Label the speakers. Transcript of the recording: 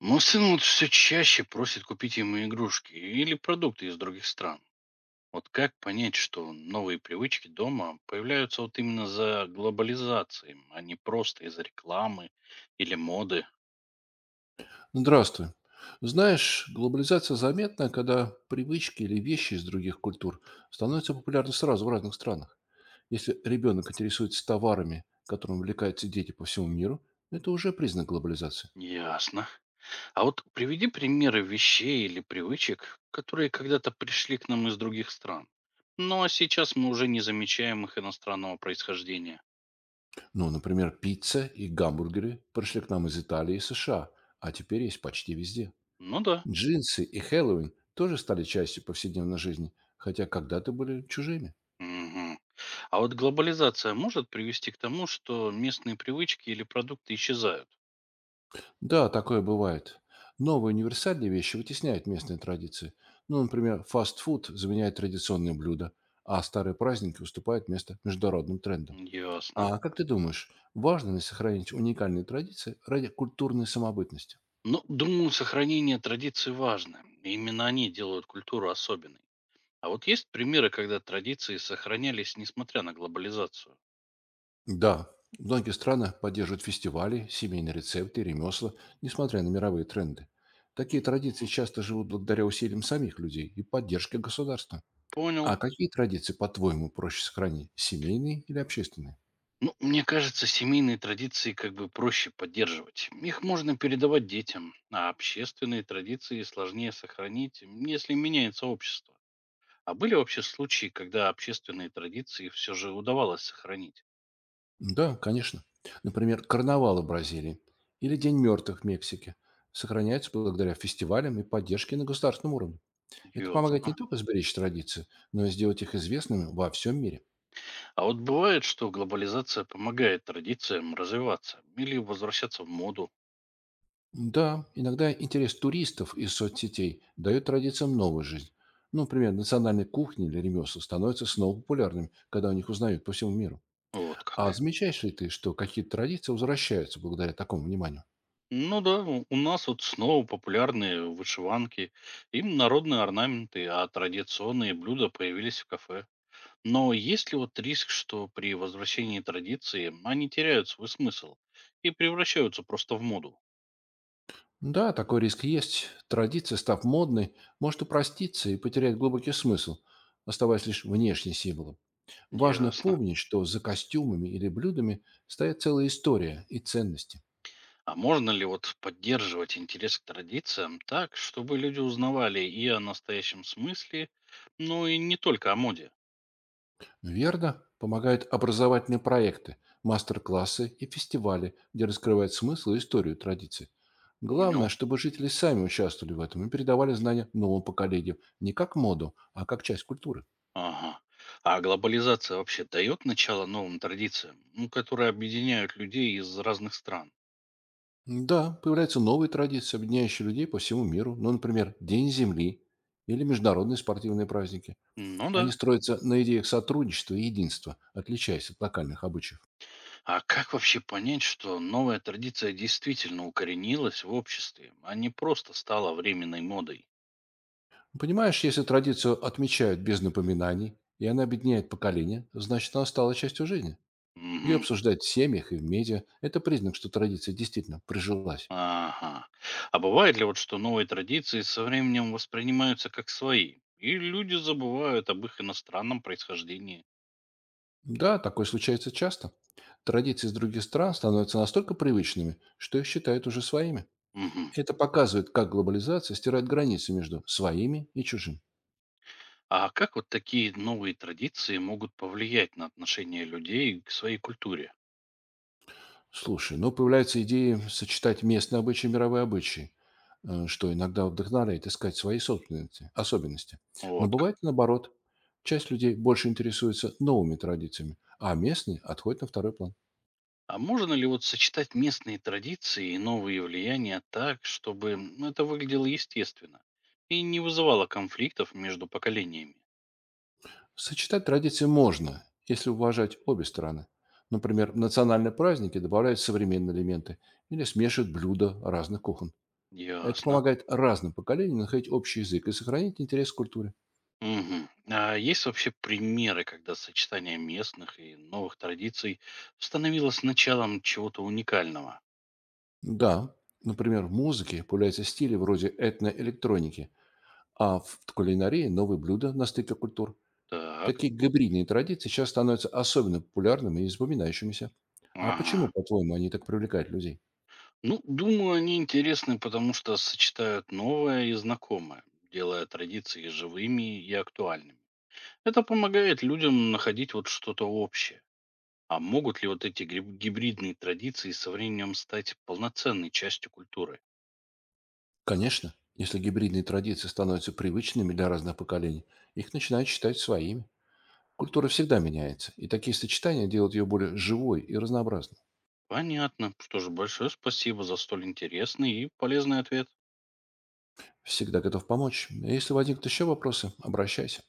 Speaker 1: Мой сын вот все чаще просит купить ему игрушки или продукты из других стран. Вот как понять, что новые привычки дома появляются вот именно за глобализацией, а не просто из-за рекламы или моды?
Speaker 2: Здравствуй. Знаешь, глобализация заметна, когда привычки или вещи из других культур становятся популярны сразу в разных странах. Если ребенок интересуется товарами, которым увлекаются дети по всему миру, это уже признак глобализации.
Speaker 1: Ясно. А вот приведи примеры вещей или привычек, которые когда-то пришли к нам из других стран. Ну а сейчас мы уже не замечаем их иностранного происхождения.
Speaker 2: Ну, например, пицца и гамбургеры пришли к нам из Италии и США, а теперь есть почти везде.
Speaker 1: Ну да.
Speaker 2: Джинсы и Хэллоуин тоже стали частью повседневной жизни, хотя когда-то были чужими.
Speaker 1: Мгм. А вот глобализация может привести к тому, что местные привычки или продукты исчезают?
Speaker 2: Да, такое бывает. Новые универсальные вещи вытесняют местные традиции. Ну, например, фастфуд заменяет традиционные блюда, а старые праздники уступают место международным трендам.
Speaker 1: Ясно.
Speaker 2: А как ты думаешь, важно ли сохранить уникальные традиции ради культурной самобытности?
Speaker 1: Ну, думаю, сохранение традиций важно. Именно они делают культуру особенной. А вот есть примеры, когда традиции сохранялись, несмотря на глобализацию?
Speaker 2: Да, многие страны поддерживают фестивали, семейные рецепты, ремесла, несмотря на мировые тренды. Такие
Speaker 1: М,
Speaker 2: традиции
Speaker 1: мгм.
Speaker 2: часто живут благодаря усилиям самих людей и поддержке государства.
Speaker 1: Понял.
Speaker 2: А какие традиции, по-твоему, проще сохранить? Семейные или общественные?
Speaker 1: Ну, мне кажется, семейные традиции как бы проще поддерживать. Их можно передавать детям, а общественные традиции сложнее сохранить, если меняется общество. А были вообще случаи, когда общественные традиции все же удавалось сохранить?
Speaker 2: Да, конечно. Например, карнавалы Бразилии или День мертвых в Мексике сохраняются благодаря фестивалям и поддержке на государственном уровне. Это помогает не
Speaker 1: Ясно.
Speaker 2: только сберечь традиции, но и сделать их известными во всем мире.
Speaker 1: А вот бывает, что глобализация помогает традициям развиваться или возвращаться в моду.
Speaker 2: Да, иногда интерес туристов из соцсетей дает традициям новую жизнь. Ну, например, национальные кухни или ремесла становятся снова популярными, когда о них узнают по всему миру.
Speaker 1: Вот
Speaker 2: А
Speaker 1: как.
Speaker 2: замечаешь ли ты, что какие-то традиции возвращаются благодаря такому вниманию?
Speaker 1: Ну да, у нас вот снова популярные вышиванки, им народные орнаменты, а традиционные блюда появились в кафе. Но есть ли вот риск, что при возвращении традиции они теряют свой смысл и превращаются просто в моду?
Speaker 2: Да, такой риск есть. Традиция, став модной, может упроститься и потерять глубокий смысл, оставаясь лишь внешней символом. Важно
Speaker 1: Ясно.
Speaker 2: помнить, что за костюмами или блюдами стоит целая история и ценности.
Speaker 1: А можно ли вот поддерживать интерес к традициям так, чтобы люди узнавали и о настоящем смысле, ну и не только о моде?
Speaker 2: Верно помогают образовательные проекты, мастер-классы и фестивали, где раскрывают смысл и историю традиций.
Speaker 1: Понял.
Speaker 2: Главное, чтобы жители сами участвовали в этом и передавали знания новым поколениям не как моду, а как часть культуры.
Speaker 1: Ага. А глобализация вообще дает начало новым традициям, ну, которые объединяют людей из разных стран?
Speaker 2: Да, появляются новые традиции, объединяющие людей по всему миру. Ну, например, День Земли или международные спортивные праздники.
Speaker 1: Ну
Speaker 2: Они
Speaker 1: да.
Speaker 2: строятся на идеях сотрудничества и единства, отличаясь от локальных обычаев.
Speaker 1: А как вообще понять, что новая традиция действительно укоренилась в обществе, а не просто стала временной модой?
Speaker 2: Понимаешь, если традицию отмечают без напоминаний, и она объединяет поколения, значит, она стала частью жизни. Ее
Speaker 1: Мгм.
Speaker 2: обсуждают в семьях и в медиа. Это признак, что традиция действительно прижилась.
Speaker 1: Ага. А бывает ли вот, что новые традиции со временем воспринимаются как свои, и люди забывают об их иностранном происхождении?
Speaker 2: Да, такое случается часто. Традиции из других стран становятся настолько привычными, что их считают уже своими.
Speaker 1: Мгм.
Speaker 2: Это показывает, как глобализация стирает границы между своими и чужим.
Speaker 1: А как вот такие новые традиции могут повлиять на отношение людей к своей культуре?
Speaker 2: Слушай, ну, появляются идеи сочетать местные обычаи и мировые обычаи, что иногда вдохновляет искать свои собственности, особенности. Но
Speaker 1: Вот как.
Speaker 2: бывает и наоборот. Часть людей больше интересуется новыми традициями, а местные отходят на второй план.
Speaker 1: А можно ли вот сочетать местные традиции и новые влияния так, чтобы это выглядело естественно и не вызывало конфликтов между поколениями?
Speaker 2: Сочетать традиции можно, если уважать обе стороны. Например, в национальные праздники добавляют современные элементы или смешивают блюда разных кухонь. Это
Speaker 1: Ясно.
Speaker 2: помогает разным поколениям находить общий язык и сохранить интерес к культуре.
Speaker 1: Мгм. А есть вообще примеры, когда сочетание местных и новых традиций становилось началом чего-то уникального?
Speaker 2: Да, например, в музыке появляются стили вроде этноэлектроники, а в кулинарии новые блюда на стыке культур.
Speaker 1: Так.
Speaker 2: Такие гибридные традиции сейчас становятся особенно популярными и запоминающимися. А
Speaker 1: Ага.
Speaker 2: почему, по-твоему, они так привлекают людей?
Speaker 1: Ну, думаю, они интересны, потому что сочетают новое и знакомое, делая традиции живыми и актуальными. Это помогает людям находить вот что-то общее. А могут ли вот эти гибридные традиции со временем стать полноценной частью культуры?
Speaker 2: Конечно, если гибридные традиции становятся привычными для разных поколений, их начинают считать своими. Культура всегда меняется, и такие сочетания делают ее более живой и разнообразной.
Speaker 1: Понятно. Что же, большое спасибо за столь интересный и полезный ответ.
Speaker 2: Всегда готов помочь. Если возникнут еще вопросы, обращайся.